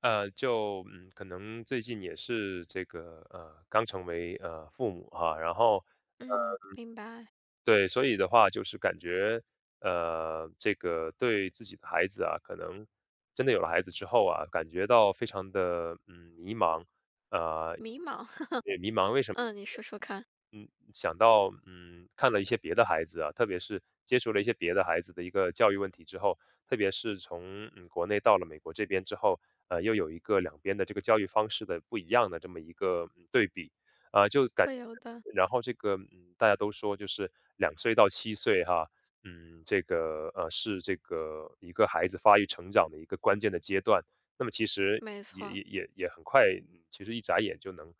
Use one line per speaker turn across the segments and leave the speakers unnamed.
可能最近也是这个刚成为父母哈，然后，
嗯，明白。
对，所以的话就是感觉这个对自己的孩子啊，可能真的有了孩子之后啊，感觉到非常的迷茫。呃，
迷茫，
也迷茫为什么？
嗯，你说说看。
想到，看了一些别的孩子啊，特别是接触了一些别的孩子的一个教育问题之后，特别是从国内到了美国这边之后，又有一个两边的这个教育方式的不一样的这么一个对比。啊、就感，
会有的。
然后这个大家都说就是2岁到7岁哈，这个是这个一个孩子发育成长的一个关键的阶段。那么其实
没
也
错。
也也也很快，其实一眨眼就能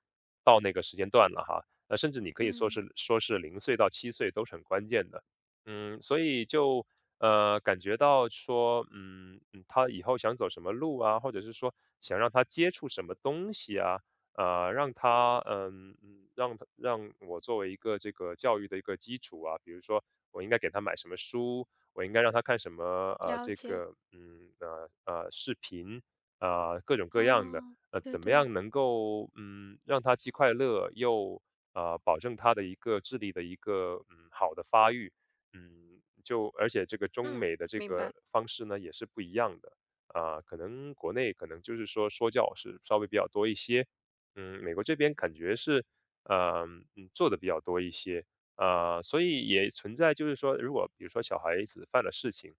到那个时间段了哈。甚至你可以说
嗯，
是0岁到7岁都是很关键的。所以就，感觉到说，他以后想走什么路啊，或者是说想让他接触什么东西啊。让他让我作为一个这个教育的一个基础啊。比如说我应该给他买什么书，我应该让他看什么，
了
这
解。
个，视频，啊，各种各样的，
哦，对
怎么
对。
样能够，让他既快乐又保证他的一个智力的一个好的发育。就而且这个中
嗯，
美的这
明白。
个方式呢也是不一样的，啊，可能国内可能就是说说教是稍微比较多一些。美国这边感觉是呃做的比较多一些。所以也存在就是说，如果比如说小孩子犯了事情，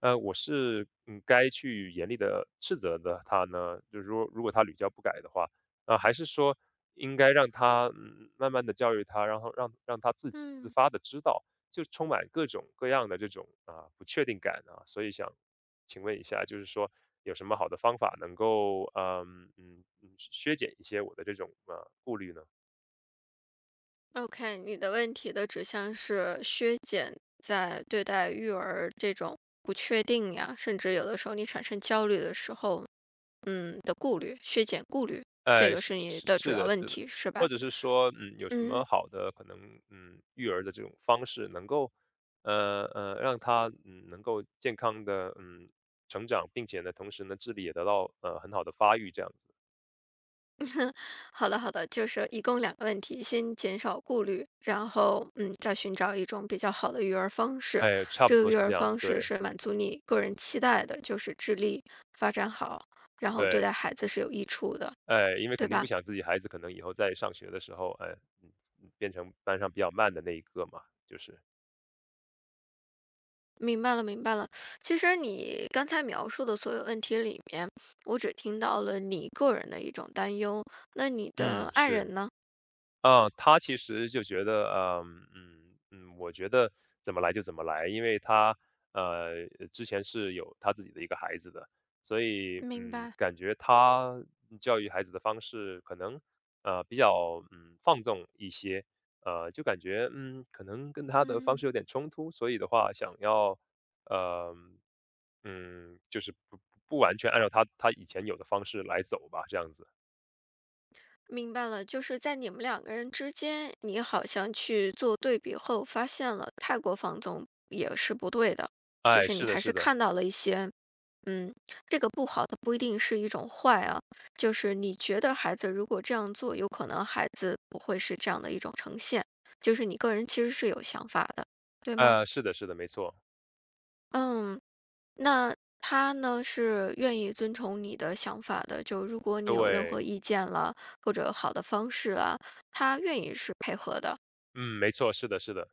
我是该去严厉的斥责的他呢，就是说，如果他屡教不改的话，啊，还是说应该让他，慢慢的教育他，然后让他自己自
嗯
发的知道，就充满各种各样的这种，啊，不确定感啊。所以想请问一下，就是说有什么好的方法能够，削减一些我的这种，啊顾虑呢？
，OK,你的问题的指向是削减在对待育儿这种不确定呀，甚至有的时候你产生焦虑的时候，的顾虑，削减顾虑，这
哎，
个
是，
是你
是，
的主
是
要
的，
问
是的。
题，是吧？
或者是说，有什
嗯。
么好的可能，育儿的这种方式能够，让他能够健康的成长，并且呢，同时呢，智力也得到很好的发育，这样子。
好的，好的，就是一共两个问题，先减少顾虑，然后再寻找一种比较好的育儿方式。
哎，差
这
不
个
多
育
是
儿
这样，
方式
对，
是满足你个人期待的，就是智力发展好，然后对
对。
待孩子是有益处的，
哎，因为
对
肯定
吧？
不想自己孩子可能以后在上学的时候，哎，嗯，变成班上比较慢的那一个嘛。就是，
明白了，明白了。其实你刚才描述的所有问题里面，我只听到了你个人的一种担忧，那你的
嗯，
爱
是。
人呢？
嗯，他其实就觉得，我觉得怎么来就怎么来，因为他之前是有他自己的一个孩子的，所以
明白，
感觉他教育孩子的方式可能比较放纵一些。就感觉可能跟他的方
嗯。
式有点冲突，所以的话想要呃就是不完全按照他以前有的方式来走吧，这样子。
明白了，就是在你们两个人之间，你好像去做对比后，发现了太过放纵也是不对的，就
哎，
是你
是的，
还是
是的。
看到了一些，嗯，这个不好的不一定是一种坏啊，就是你觉得孩子如果这样做，有可能孩子不会是这样的一种呈现，就是你个人其实是有想法的，对吗？
是的，是的，没错。
嗯，那他呢，是愿意遵从你的想法的，就如果你有任何
对。
意见了，或者好的方式啊，他愿意是配合的。
嗯，没错，是的，是的。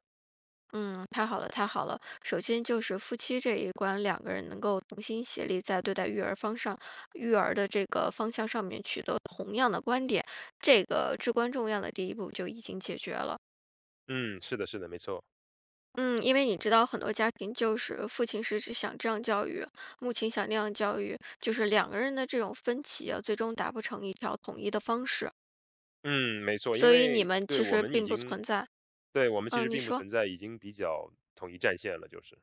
嗯，太好了，太好了。首先就是夫妻这一关，两个人能够同心协力，在对待育儿方上、育儿的这个方向上面取得同样的观点，这个至关重要的第一步就已经解决了。
嗯，是的，是的，没错。
嗯，因为你知道很多家庭就是父亲是只想这样教育，母亲想那样教育，就是两个人的这种分歧啊，最终达不成一条统一的方式，
嗯，没错，因
所以你
为
们
对
其
我
实
们已
并不
经，
存在。
对我们其实
嗯，你
并不
说
存在，已经比较统一战线了，就是。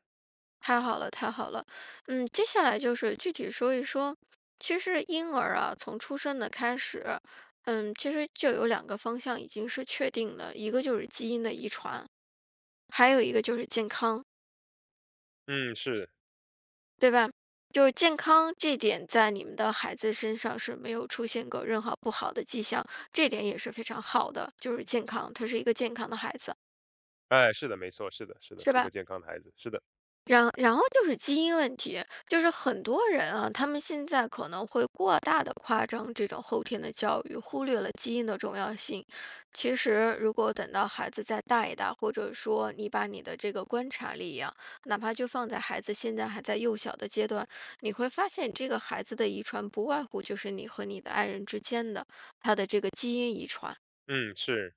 太好了，太好了。嗯，接下来就是具体说一说，其实婴儿啊，从出生的开始，嗯，其实就有两个方向已经是确定的，一个就是基因的遗传，还有一个就是健康。
嗯，是。
对吧？就是健康这点在你们的孩子身上是没有出现过任何不好的迹象，这点也是非常好的，就是健康，他是一个健康的孩子，
哎，是的，没错，是的，是的，
是
是
吧？
个健康的孩子，是的。
然后就是基因问题，就是很多人啊，他们现在可能会过大的夸张这种后天的教育，忽略了基因的重要性。其实，如果等到孩子再大一大，或者说你把你的这个观察力呀、哪怕就放在孩子现在还在幼小的阶段，你会发现这个孩子的遗传不外乎就是你和你的爱人之间的他的这个基因遗传。
嗯，是。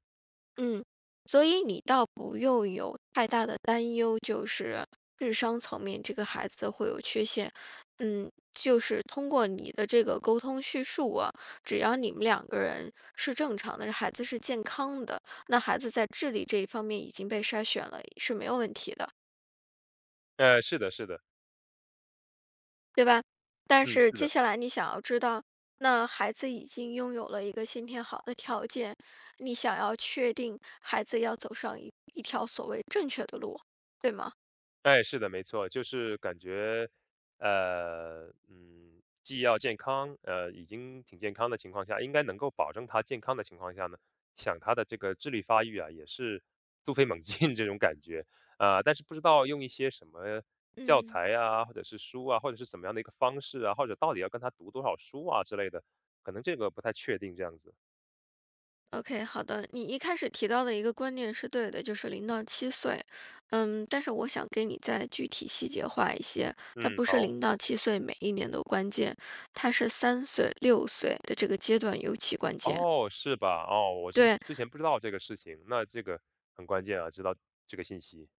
嗯，所以你倒不用有太大的担忧，就是智商层面这个孩子会有缺陷。嗯，就是通过你的这个沟通叙述啊，只要你们两个人是正常的，孩子是健康的，那孩子在智力这一方面已经被筛选了，是没有问题的。
是的，是的。
对吧？但
嗯，
是
是
接
的。
下来你想要知道，那孩子已经拥有了一个先天好的条件，你想要确定孩子要走上一条所谓正确的路，对吗？
哎，是的，没错，就是感觉，既要健康。已经挺健康的情况下，应该能够保证他健康的情况下呢，想他的这个智力发育啊，也是突飞猛进 这种感觉啊。但是不知道用一些什么教
嗯，
材啊，或者是书啊，或者是怎么样的一个方式啊，或者到底要跟他读多少书啊之类的，可能这个不太确定这样子。
OK,好的，你一开始提到的一个观念是对的，就是零到七岁，嗯，但是我想给你再具体细节化一些，它
嗯，
不是
好。
零到七岁每一年都关键，它是3岁、6岁的这个阶段尤其关键。
哦，是吧？哦，我是
对，
之前不知道这个事情，那这个很关键啊，知道这个信息。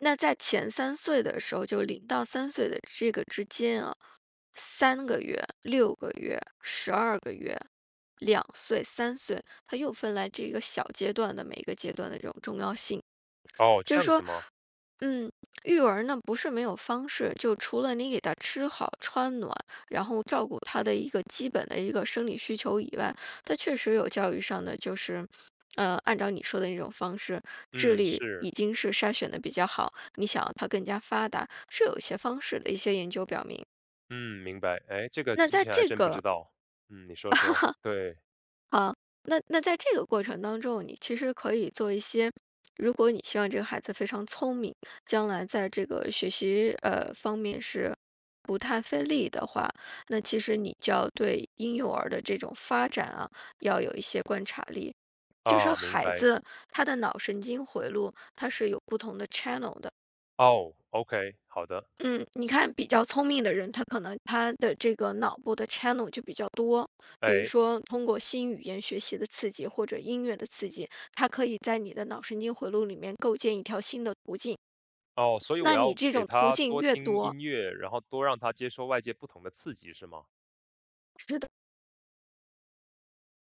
那在前3岁的时候，就0到3岁的这个之间啊3个月、6个月、12个月、2岁、3岁，它又分来这个小阶段的每一个阶段的这种重要性。
哦，
就
这
是
样
说
子吗？
嗯，育儿呢不是没有方式，就除了你给他吃好穿暖，然后照顾他的一个基本的一个生理需求以外，他确实有教育上的就是，按照你说的那种方式，智
嗯，
力
是。
已经是筛选的比较好，你想要他更加发达，是有一些方式的一些研究表明。
嗯，明白。哎，这个
那
之
在
前还
这
真不
个
知道。你说说。对。
啊，那在这个过程当中，你其实可以做一些，如果你希望这个孩子非常聪明，将来在这个学习方面是的话，那其实你就要对婴幼儿的这种发展啊，要有一些观察力。就说
啊，明
孩
白。
子他的脑神经回路，它是有不同的 channel 的。
哦，OK，好的。
嗯，你看比较聪明的人，他可能他的这个脑部的 channel 就比较多，比如
哎。
说通过新语言学习的刺激或者音乐的刺激，它可以在你的脑神经回路里面构建一条新的途径。
哦，所以我
那
要
你这
给
种途
他
径
多
越
听
多，
音乐，然后多让他接受外界不同的刺激，是吗？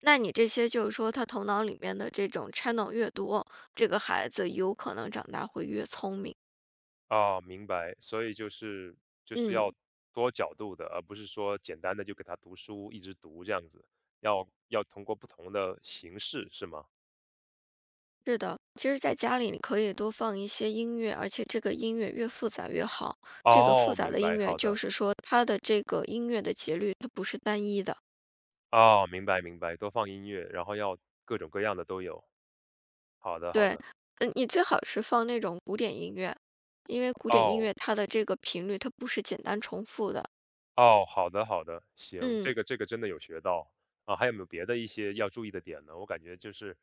那你这些就是说，他头脑里面的这种 channel 越多，这个孩子有可能长大会越聪明。
啊，明白。所以就是
嗯，
要多角度的，而不是说简单的就给他读书，一直读这样子，要通过不同的形式，是吗？
是的。其实，在家里你可以多放一些音乐，而且这个音乐越复杂越好。这个复
哦，
杂
明
的音
白，
乐，
好
就
的。
是说它的这个音乐的节律它不是单一的。
哦，明白，明白，多放音乐，然后要各种各样的都有。好的，好
对，
的。
嗯，你最好是放那种古典音乐，因为古典音
哦。
乐它的这个频率它不是简单重复的。
哦，好的，好的，行，
嗯。
这个真的有学到。啊，还有没有别的一些要注意的点呢？我感觉就是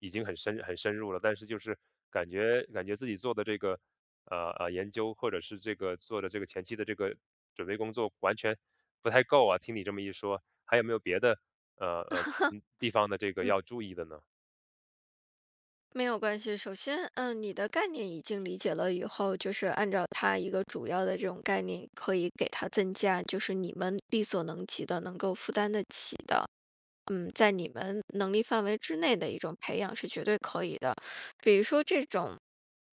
已经很深入了，但是就是感觉自己做的这个，研究或者是这个做的这个前期的这个准备工作完全不太够啊，听你这么一说，还有没有别的，地方的这个
嗯。
要注意的呢？
没有关系。首先，嗯，你的概念已经理解了以后，就是按照它一个主要的这种概念，可以给他增加，就是你们力所能及的、能够负担得起的，嗯，在你们能力范围之内的一种培养是绝对可以的。比如说这种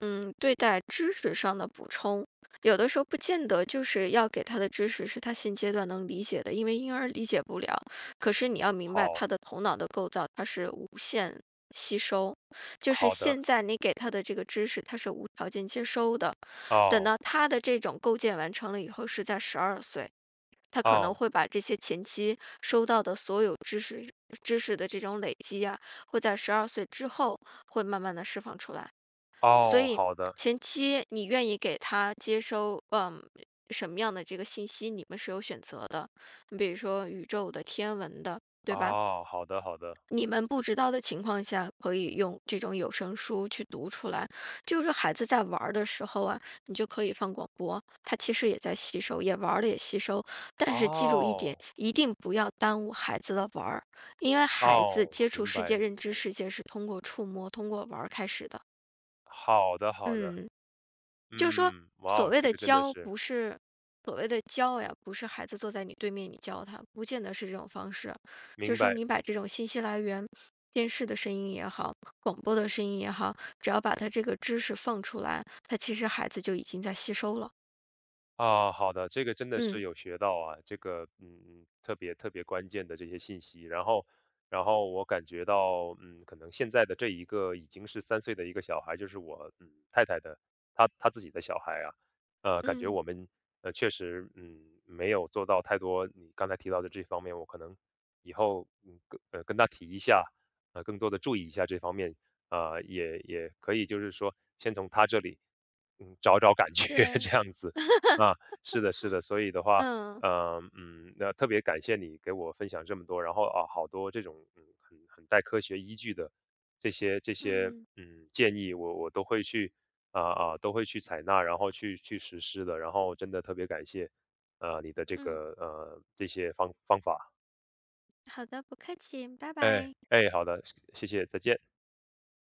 对待知识上的补充，有的时候不见得就是要给他的知识是他现阶段能理解的，因为婴儿理解不了。可是你要明白他
好，
的头脑的构造，它是无限吸收，就是
好的。
现在你给他的这个知识，他是无条件接收的。等
哦，
到他的这种构建完成了以后，是在十二岁。他可能
哦，
会把这些前期收到的所有知识的这种累积啊，会在十二岁之后会慢慢的释放出来。所
哦，
以
好的。
前期你愿意给他接收，嗯，什么样的这个信息，你们是有选择的。你比如说宇宙的、天文的，对吧？
哦，好的，好的。
你们不知道的情况下，可以用这种有声书去读出来。就是孩子在玩儿的时候啊，你就可以放广播，他其实也在吸收，也玩儿了也吸收。但是记住一点，
哦。
一定不要耽误孩子的玩儿，因为孩子
哦，
接触
明
世界、
白，
认知世界是通过触摸、通过玩儿开始的。
好的，好的。
嗯。就是说
嗯，哇
所
哦，
谓
这
的
个真的
教，
是，
不是所谓的教呀，不是孩子坐在你对面你教他，不见得是这种方式。就
明
是说
白。
你把这种信息来源，电视的声音也好，广播的声音也好，只要把他这个知识放出来，他其实孩子就已经在吸收了。
啊，好的，这个真的
嗯
是有学到啊，这个特别特别关键的这些信息。然后我感觉到，可能现在的这一个已经是3岁的一个小孩，就是我太太的她自己的小孩啊。感觉
嗯
我们确实没有做到太多你刚才提到的这方面，我可能以后跟他提一下，更多的注意一下这方面。啊，也可以就是说先从他这里找找感觉
对，
这样子。啊，是的，是的，所以的话，
嗯
那特别感谢你给我分享这么多，然后啊，好多这种很带科学依据的这些
嗯
建议，我都会去，都会去采纳，然后去实施的，然后真的特别感谢你的这
嗯，
个这些法。
好的，不客气，拜
哎，
拜。
哎，好的，谢谢，再见。